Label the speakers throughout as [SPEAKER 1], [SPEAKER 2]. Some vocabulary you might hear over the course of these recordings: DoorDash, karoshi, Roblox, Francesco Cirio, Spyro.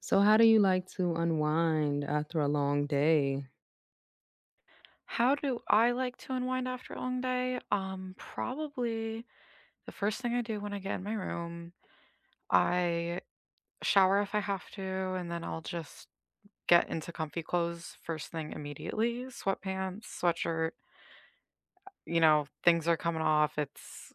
[SPEAKER 1] So how do you like to unwind after a long day?
[SPEAKER 2] How do I like to unwind after a long day? Probably the first thing I do when I get in my room, I shower if I have to, and then I'll just get into comfy clothes first thing immediately. Sweatpants, sweatshirt, you know, things are coming off. It's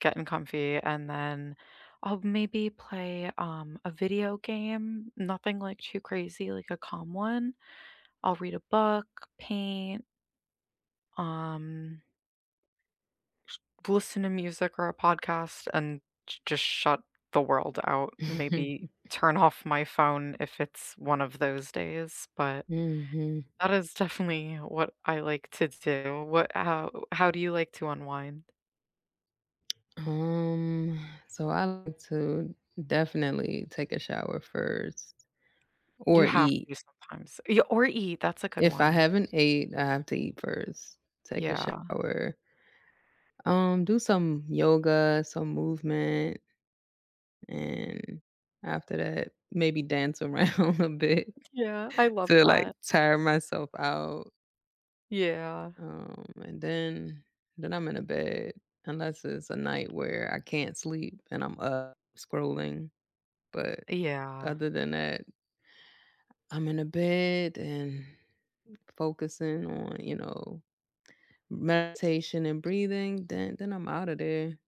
[SPEAKER 2] getting comfy. And then I'll maybe play a video game, nothing like too crazy, like a calm one. I'll read a book, paint. Um, Listen to music or a podcast and j just shut the world out, maybe turn off my phone if it's one of those days, but
[SPEAKER 1] Mhm.
[SPEAKER 2] that is definitely what I like to do. What how do you like to unwind?
[SPEAKER 1] Um, so I like to definitely take a shower first
[SPEAKER 2] You
[SPEAKER 1] or
[SPEAKER 2] have
[SPEAKER 1] eat.
[SPEAKER 2] to sometimes. Yeah, or eat, that's a good
[SPEAKER 1] If I
[SPEAKER 2] one.
[SPEAKER 1] haven't ate, I have to eat first. Take a
[SPEAKER 2] Yeah.
[SPEAKER 1] shower. Do some yoga, some movement, and after that, maybe dance around a bit
[SPEAKER 2] Yeah, I love
[SPEAKER 1] to like
[SPEAKER 2] that.
[SPEAKER 1] tire myself out.
[SPEAKER 2] Yeah.
[SPEAKER 1] And then I'm in a bed unless it's a night where I can't sleep and I'm up scrolling, but
[SPEAKER 2] Yeah.
[SPEAKER 1] other than that, I'm in a bed and focusing on, you know, meditation and breathing, then I'm out of there.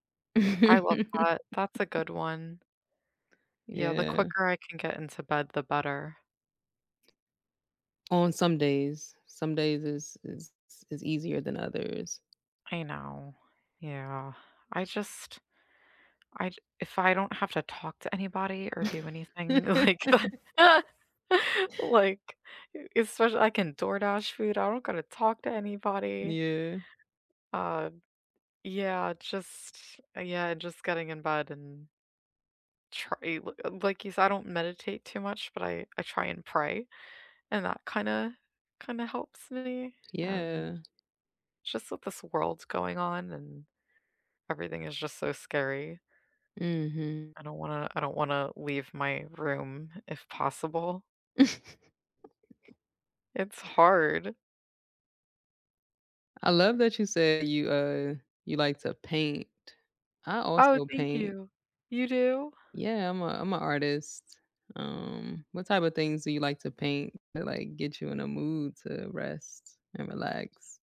[SPEAKER 2] I love that. That's a good one. Yeah, the
[SPEAKER 1] Yeah.
[SPEAKER 2] quicker I can get into bed, the better.
[SPEAKER 1] On some days is easier than others.
[SPEAKER 2] I know. Yeah. I just I j if I don't have to talk to anybody or do anything like that, like, especially I can DoorDash food, I don't gotta talk to anybody.
[SPEAKER 1] Yeah.
[SPEAKER 2] Uh, yeah, just yeah, just getting in bed and try li like you said, I don't meditate too much, but I try and pray, and that kinda helps me, um,
[SPEAKER 1] Yeah.
[SPEAKER 2] just with this world going on and everything is just so scary.
[SPEAKER 1] Mhm.
[SPEAKER 2] I don't wanna leave my room if possible. It's hard.
[SPEAKER 1] I love that you said you like to paint. I
[SPEAKER 2] Oh,
[SPEAKER 1] also
[SPEAKER 2] thank
[SPEAKER 1] paint.
[SPEAKER 2] you. You do?
[SPEAKER 1] Yeah, I'm an artist. What type of things do you like to paint to like get you in a mood to rest and relax?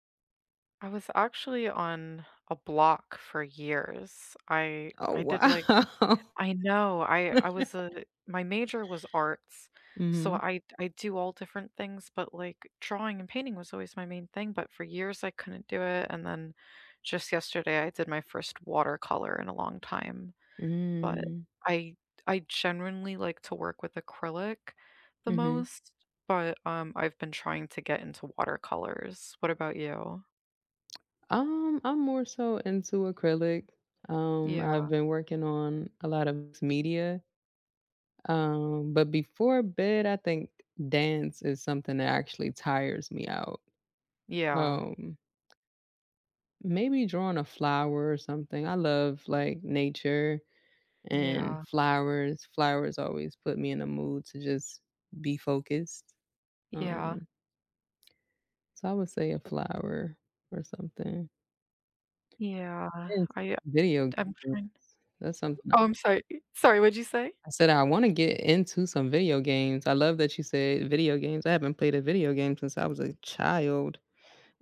[SPEAKER 2] I was actually on a block for years. I
[SPEAKER 1] Oh
[SPEAKER 2] I did like
[SPEAKER 1] wow.
[SPEAKER 2] I know. I was a my major was arts. So
[SPEAKER 1] Mhm.
[SPEAKER 2] I do all different things, but like drawing and painting was always my main thing, but for years I couldn't do it and then just yesterday I did my first watercolor in a long time. But
[SPEAKER 1] Mm,
[SPEAKER 2] I genuinely like to work with acrylic the
[SPEAKER 1] mhm.
[SPEAKER 2] most, but, I've been trying to get into watercolors. What about you?
[SPEAKER 1] I'm more so into acrylic. I've
[SPEAKER 2] Yeah.
[SPEAKER 1] been working on a lot of mixed media. But before bed, I think dance is something that actually tires me out.
[SPEAKER 2] Yeah.
[SPEAKER 1] Um, Maybe drawing a flower or something. I love like nature and
[SPEAKER 2] Yeah.
[SPEAKER 1] flowers. Flowers always put me in a mood to just be focused.
[SPEAKER 2] Yeah.
[SPEAKER 1] Um, so I would say a flower or something.
[SPEAKER 2] Yeah.
[SPEAKER 1] And
[SPEAKER 2] I
[SPEAKER 1] video
[SPEAKER 2] I'm
[SPEAKER 1] game.
[SPEAKER 2] trying
[SPEAKER 1] That's something I
[SPEAKER 2] Oh, I'm sorry, what'd you say?
[SPEAKER 1] I said I want to get into some video games. I love that you said video games. I haven't played a video game since I was a child.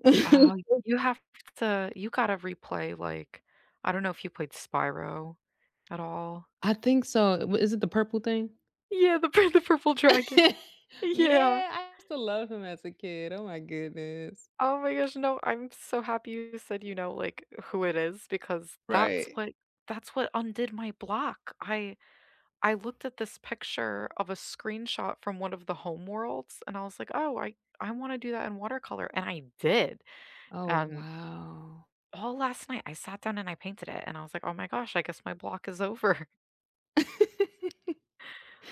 [SPEAKER 2] Oh, you have to you gotta replay, like I don't know if you played Spyro at all.
[SPEAKER 1] I think so. W- Is it the purple thing?
[SPEAKER 2] Yeah, the purple dragon. Yeah.
[SPEAKER 1] Yeah, I used to love him as a kid. Oh my goodness.
[SPEAKER 2] Oh my gosh, no, I'm so happy you said you know, like, who it is because
[SPEAKER 1] Right.
[SPEAKER 2] that's what undid my block. I looked at this picture of a screenshot from one of the home worlds and I was like, "Oh, I want to do that in watercolor." And I did.
[SPEAKER 1] Oh,
[SPEAKER 2] And
[SPEAKER 1] wow.
[SPEAKER 2] all last night I sat down and I painted it and I was like, "Oh my gosh, I guess my block is over.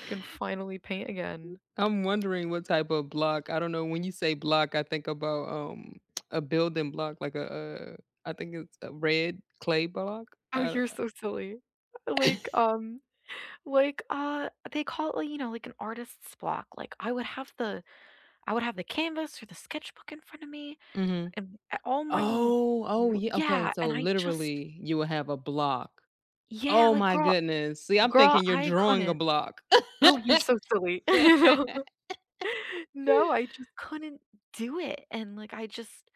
[SPEAKER 2] I can finally paint again."
[SPEAKER 1] I'm wondering what type of block. I don't know. When you say block, I think about a building block, like a I think it's a red clay block.
[SPEAKER 2] Oh,
[SPEAKER 1] I d
[SPEAKER 2] you're so silly. Like, um, like, they call it, like, you know, like an artist's block. Like, I would have the canvas or the sketchbook in front of me
[SPEAKER 1] Mhm.
[SPEAKER 2] and a all my w
[SPEAKER 1] Oh, oh,
[SPEAKER 2] w
[SPEAKER 1] yeah, okay,
[SPEAKER 2] yeah,
[SPEAKER 1] so
[SPEAKER 2] and I just
[SPEAKER 1] literally, you will have a block.
[SPEAKER 2] yeah,
[SPEAKER 1] Oh
[SPEAKER 2] like,
[SPEAKER 1] my goodness. See, I'm
[SPEAKER 2] girl,
[SPEAKER 1] thinking you're
[SPEAKER 2] I
[SPEAKER 1] drawing a
[SPEAKER 2] couldn't.
[SPEAKER 1] block.
[SPEAKER 2] Oh, you're so silly. you know. No, I just couldn't do it, and, like, I just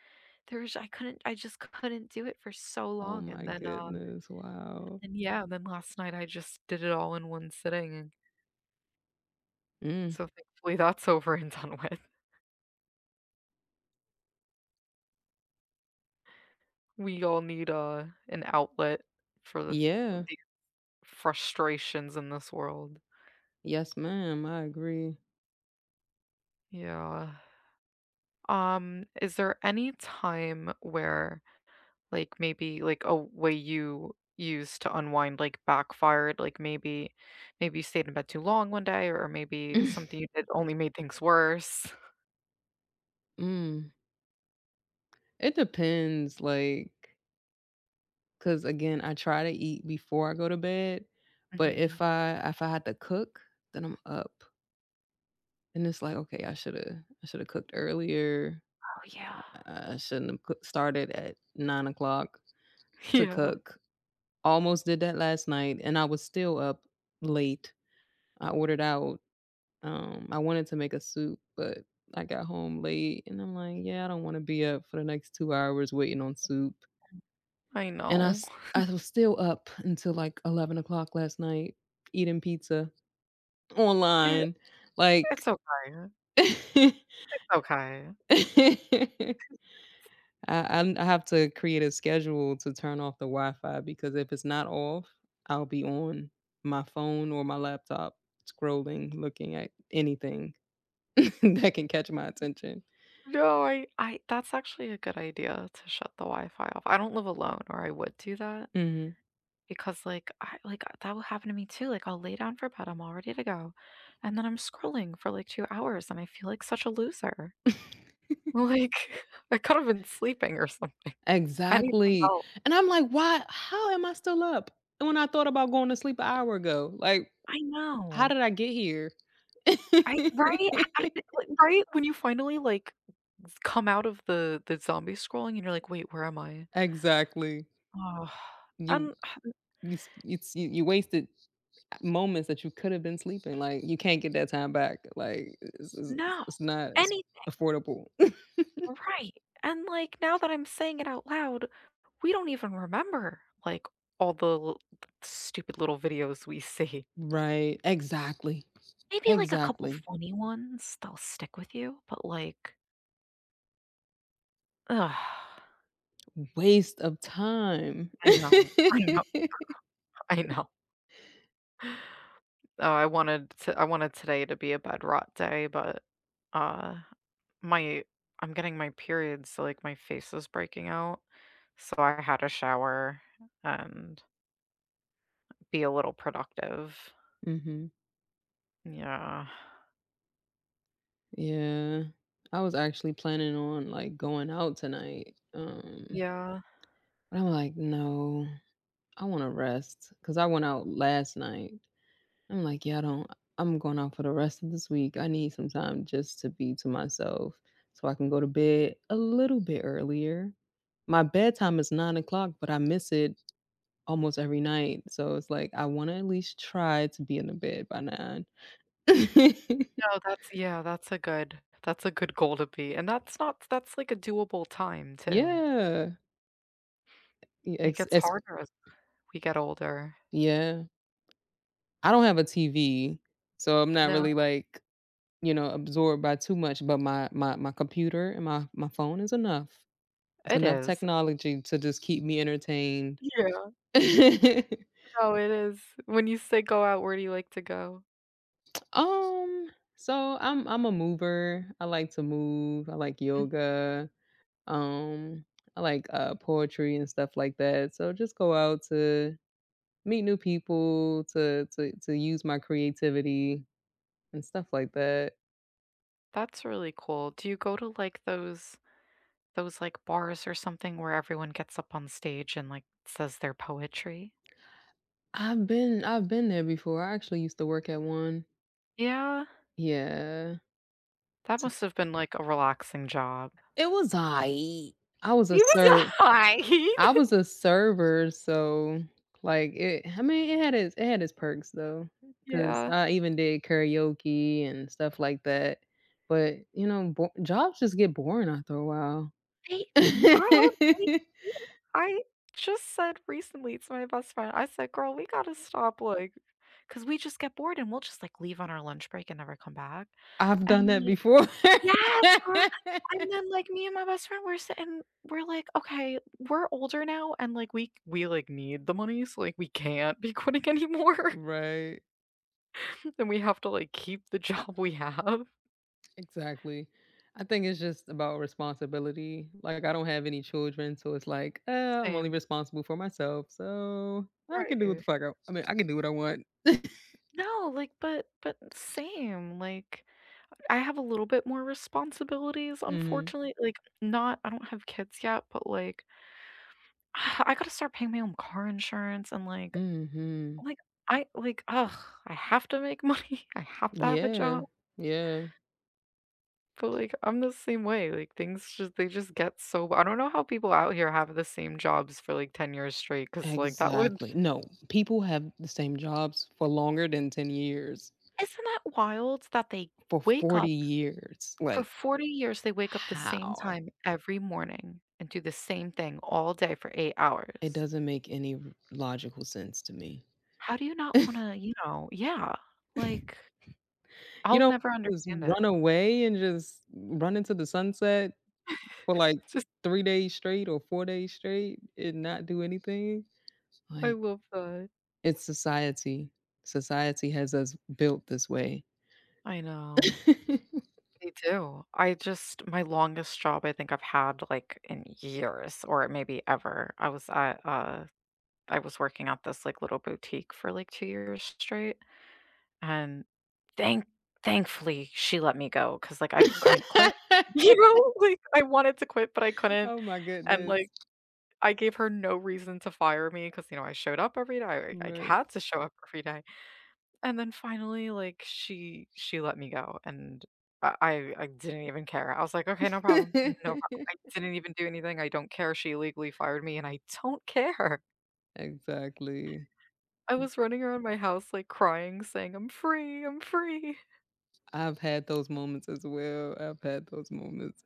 [SPEAKER 2] there's I couldn't I just couldn't do it for so
[SPEAKER 1] Oh
[SPEAKER 2] long,
[SPEAKER 1] my
[SPEAKER 2] and then,
[SPEAKER 1] goodness, wow.
[SPEAKER 2] and yeah, and then last night I just did it all in one sitting, and
[SPEAKER 1] Mm.
[SPEAKER 2] so thankfully that's over and done with. We all need, an outlet for
[SPEAKER 1] Yeah.
[SPEAKER 2] the frustrations in this world.
[SPEAKER 1] Yes, ma'am. I agree.
[SPEAKER 2] Yeah. Is there any time where, like, maybe like a way you used to unwind like backfired? Like maybe you stayed in bed too long one day, or maybe something you did only made things worse.
[SPEAKER 1] Mm. It depends, like, cause again, I try to eat before I go to bed, but
[SPEAKER 2] Hmm.
[SPEAKER 1] if I had to cook, then I'm up, and it's like, okay, I should have cooked earlier.
[SPEAKER 2] Oh yeah.
[SPEAKER 1] I shouldn't have cook started at 9 o'clock to
[SPEAKER 2] Yeah,
[SPEAKER 1] cook. Almost did that last night, and I was still up late. I ordered out. I wanted to make a soup, but I got home late and I'm like, yeah, I don't want to be up for the next 2 hours waiting on soup.
[SPEAKER 2] I
[SPEAKER 1] And
[SPEAKER 2] know.
[SPEAKER 1] I was still up until like 11 o'clock last night eating pizza
[SPEAKER 2] It,
[SPEAKER 1] online. Like,
[SPEAKER 2] it's okay.
[SPEAKER 1] I,
[SPEAKER 2] It's okay.
[SPEAKER 1] I have to create a schedule to turn off the Wi Fi because if it's not off, I'll be on my phone or my laptop scrolling, looking at anything that can catch my attention.
[SPEAKER 2] No, I that's actually a good idea to shut the Wi-Fi off. I don't live alone or I would do that.
[SPEAKER 1] Hmm.
[SPEAKER 2] Because, like, that will happen to me too, like, I'll lay down for bed, I'm all ready to go, and then I'm scrolling for, like, 2 hours, and I feel like such a loser. Like, I could have been sleeping or something. Anything
[SPEAKER 1] Exactly,
[SPEAKER 2] else.
[SPEAKER 1] and I'm like, "Why how am I still up? And when I thought about going to sleep an hour ago? Like,
[SPEAKER 2] I
[SPEAKER 1] how
[SPEAKER 2] know.
[SPEAKER 1] did I get here?"
[SPEAKER 2] I right? How did it like, right? When you finally, like, come out of the zombie scrolling, and you're like, "Wait, where am I?"
[SPEAKER 1] Exactly.
[SPEAKER 2] Oh,
[SPEAKER 1] You
[SPEAKER 2] and
[SPEAKER 1] you wasted moments that you could have been sleeping, like, you can't get that time back, like, it's it's
[SPEAKER 2] no.
[SPEAKER 1] it's not it's
[SPEAKER 2] Anything
[SPEAKER 1] affordable.
[SPEAKER 2] right, and, like, now that I'm saying it out loud we don't even remember like all the l- stupid little videos we see.
[SPEAKER 1] Right, exactly,
[SPEAKER 2] Maybe like a couple
[SPEAKER 1] exactly.
[SPEAKER 2] funny ones that'll stick with you, but like, ugh,
[SPEAKER 1] Waste of time.
[SPEAKER 2] I know, I know, I know. Oh, I wanted today to be a bed rot day, but uh, my I'm getting my period, so like my face is breaking out. So I had a shower and be a little productive.
[SPEAKER 1] Mhm.
[SPEAKER 2] Yeah.
[SPEAKER 1] Yeah. I was actually planning on, like, going out tonight,
[SPEAKER 2] Yeah.
[SPEAKER 1] but I'm like, "No, I wanna rest," rest because I went out last night. I'm like, yeah, I don't. I'm going out for the rest of this week. I need some time just to be to myself so I can go to bed a little bit earlier. My bedtime is 9 o'clock, but I miss it almost every night. So it's like, I want to at least try to be in the bed by 9.
[SPEAKER 2] Oh, that's yeah, that's a good goal to be, and that's not that's like a doable time too.
[SPEAKER 1] Yeah. Yeah,
[SPEAKER 2] It
[SPEAKER 1] ex-
[SPEAKER 2] gets
[SPEAKER 1] ex-
[SPEAKER 2] harder as we get older.
[SPEAKER 1] yeah. I don't have a TV, so I'm not
[SPEAKER 2] No,
[SPEAKER 1] really like, you know, absorbed by too much, but my computer and my phone is enough. It's
[SPEAKER 2] it
[SPEAKER 1] enough
[SPEAKER 2] is.
[SPEAKER 1] technology to just keep me entertained.
[SPEAKER 2] Yeah, no, it is. When you say go out, where do you like to go?
[SPEAKER 1] Um, so I'm a mover. I like to move. I like
[SPEAKER 2] Mhm.
[SPEAKER 1] yoga. Um, I like poetry and stuff like that. So just go out to meet new people, to use my creativity and stuff like that.
[SPEAKER 2] That's really cool. Do you go to like those like bars or something where everyone gets up on stage and like says their poetry?
[SPEAKER 1] I've been there before. I actually used to work at one.
[SPEAKER 2] Yeah,
[SPEAKER 1] Yeah.
[SPEAKER 2] that
[SPEAKER 1] T-
[SPEAKER 2] must have been like a relaxing job.
[SPEAKER 1] It was I. I was a
[SPEAKER 2] He was a
[SPEAKER 1] serv
[SPEAKER 2] hide.
[SPEAKER 1] I was a server, so, like, it I mean, it had its perks, though, because
[SPEAKER 2] Yeah.
[SPEAKER 1] I even did karaoke and stuff like that, but, you know, bo jobs just get boring after a while.
[SPEAKER 2] They girl, they yeah, I just said recently to my best friend, I said, "Girl, we gotta stop, like, because we just get bored and we'll just, like, leave on our lunch break and never come back,
[SPEAKER 1] I've done
[SPEAKER 2] and,
[SPEAKER 1] that
[SPEAKER 2] like
[SPEAKER 1] before.
[SPEAKER 2] Yes, girl, and then, like, me and my best friend, we're like, "Okay, we're older now, and, like, like, need the money, so, like, we can't be quitting anymore,
[SPEAKER 1] Right,
[SPEAKER 2] and we have to, like, keep the job we have."
[SPEAKER 1] exactly. I think it's just about responsibility, like, I don't have any children, so it's like, I'm only
[SPEAKER 2] Same.
[SPEAKER 1] responsible for myself, so I can do what the
[SPEAKER 2] Right.
[SPEAKER 1] fuck I." I mean, I can do what I want.
[SPEAKER 2] No, like, but same, like I have a little bit more responsibilities,
[SPEAKER 1] Mhm.
[SPEAKER 2] unfortunately, like, not I don't have kids yet, but, like, I gotta start paying my own car insurance and,
[SPEAKER 1] Mhm.
[SPEAKER 2] like, ugh, I have to make money, I have to have a
[SPEAKER 1] Yeah.
[SPEAKER 2] job,
[SPEAKER 1] Yeah.
[SPEAKER 2] but, like, I'm the same way, like, things just they just get so I don't know how people out here have the same jobs for, like, 10 years straight, because like, that would
[SPEAKER 1] Exactly. No, people have the same jobs for longer than 10 years,
[SPEAKER 2] isn't that wild that they
[SPEAKER 1] for
[SPEAKER 2] wake
[SPEAKER 1] 40
[SPEAKER 2] up
[SPEAKER 1] years.
[SPEAKER 2] for
[SPEAKER 1] Like,
[SPEAKER 2] 40 years, they wake up the same
[SPEAKER 1] how?
[SPEAKER 2] time every morning and do the same thing all day for 8
[SPEAKER 1] It
[SPEAKER 2] hours?
[SPEAKER 1] doesn't make any logical sense to me.
[SPEAKER 2] How do you not wanna, you know yeah, like,
[SPEAKER 1] You
[SPEAKER 2] I'll
[SPEAKER 1] know,
[SPEAKER 2] never
[SPEAKER 1] just
[SPEAKER 2] understand it.
[SPEAKER 1] run away and just run into the sunset for like
[SPEAKER 2] It's Just
[SPEAKER 1] 3 days straight or 4 days straight and not do anything.
[SPEAKER 2] I
[SPEAKER 1] Like,
[SPEAKER 2] love that.
[SPEAKER 1] it's society. Society has us built this way.
[SPEAKER 2] I know. Me too. I just my longest job I think I've had, like, in years or maybe ever, I was working at this, like, little boutique for, like, 2 years straight, and thank thankfully, she let me go because like, I couldn't quit. You know? Like, I wanted to quit, but I couldn't,
[SPEAKER 1] Oh my
[SPEAKER 2] and,
[SPEAKER 1] goodness.
[SPEAKER 2] like I gave her no reason to fire me because you know, I showed up every day, I
[SPEAKER 1] Right.
[SPEAKER 2] had to show up every day, and then finally, like, she let me go, and I didn't even care. I was like, "Okay, no problem, no problem." I didn't even do anything, I don't care, she legally fired me, and I don't care.
[SPEAKER 1] Exactly.
[SPEAKER 2] I was running around my house, like, crying, saying, "I'm free, I'm free."
[SPEAKER 1] I've had those moments as well. I've had those moments.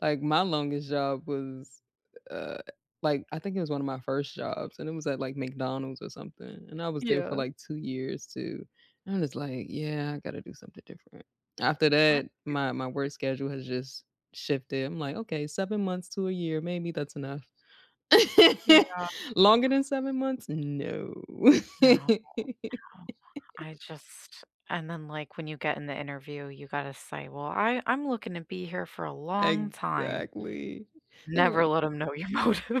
[SPEAKER 1] Like my longest job was uh like I think it was one of my first jobs and it was at like McDonald's or something. And I was there for
[SPEAKER 2] Yeah.
[SPEAKER 1] like 2 years too. And I'm just like, yeah, I gotta do something different. After
[SPEAKER 2] I
[SPEAKER 1] that, my work schedule has just shifted. I'm like, okay, 7 months to a year, maybe that's enough.
[SPEAKER 2] yeah.
[SPEAKER 1] Longer than 7 months? No.
[SPEAKER 2] No, no. I just and then, like, when you get in the interview, you gotta say, "Well, I'm looking to be here for a long time."
[SPEAKER 1] Exactly. They were
[SPEAKER 2] Never
[SPEAKER 1] like
[SPEAKER 2] let them know your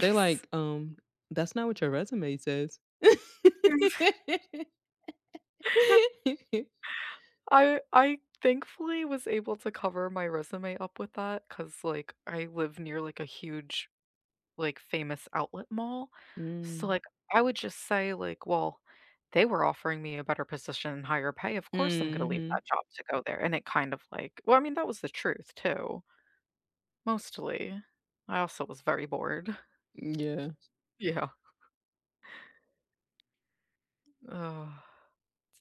[SPEAKER 1] they're like, that's not what your resume says."
[SPEAKER 2] I thankfully was able to cover my resume up with that because like, I live near, like, a huge, like, famous outlet mall. So,
[SPEAKER 1] Mm.
[SPEAKER 2] like, I would just say, like, "Well, they were offering me a better position and higher pay, of course I'm gonna leave
[SPEAKER 1] Mhm.
[SPEAKER 2] that job to go there," and it kind of, like well, I mean, that was the truth too, mostly. I also was very bored.
[SPEAKER 1] Yeah.
[SPEAKER 2] Yeah. Ugh.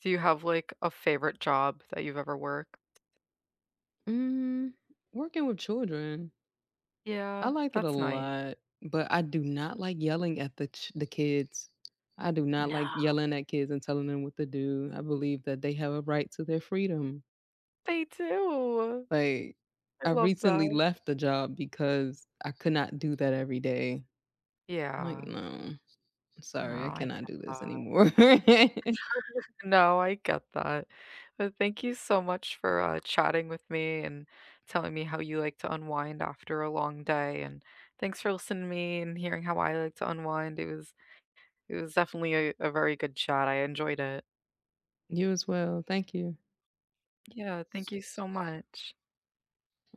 [SPEAKER 2] Do you have, like, a favorite job that you've ever worked?
[SPEAKER 1] Mm, working with children, I
[SPEAKER 2] Yeah,
[SPEAKER 1] liked it a
[SPEAKER 2] that's nice.
[SPEAKER 1] lot, but I do not like yelling at the kids. I do not like
[SPEAKER 2] No.
[SPEAKER 1] yelling at kids and telling them what to do. I believe that they have a right to their freedom.
[SPEAKER 2] They do.
[SPEAKER 1] Like,
[SPEAKER 2] I
[SPEAKER 1] I
[SPEAKER 2] love
[SPEAKER 1] recently
[SPEAKER 2] that.
[SPEAKER 1] left the job because I could not do that every day. I'm like,
[SPEAKER 2] Yeah.
[SPEAKER 1] "No, I'm
[SPEAKER 2] No,
[SPEAKER 1] sorry, I
[SPEAKER 2] I
[SPEAKER 1] cannot
[SPEAKER 2] get
[SPEAKER 1] do this
[SPEAKER 2] that.
[SPEAKER 1] anymore."
[SPEAKER 2] No, I get that. But thank you so much for, chatting with me and telling me how you like to unwind after a long day, and thanks for listening to me and hearing how I like to unwind. It was definitely a very good chat. I enjoyed it.
[SPEAKER 1] You as well, thank you.
[SPEAKER 2] Yeah, thank you so much.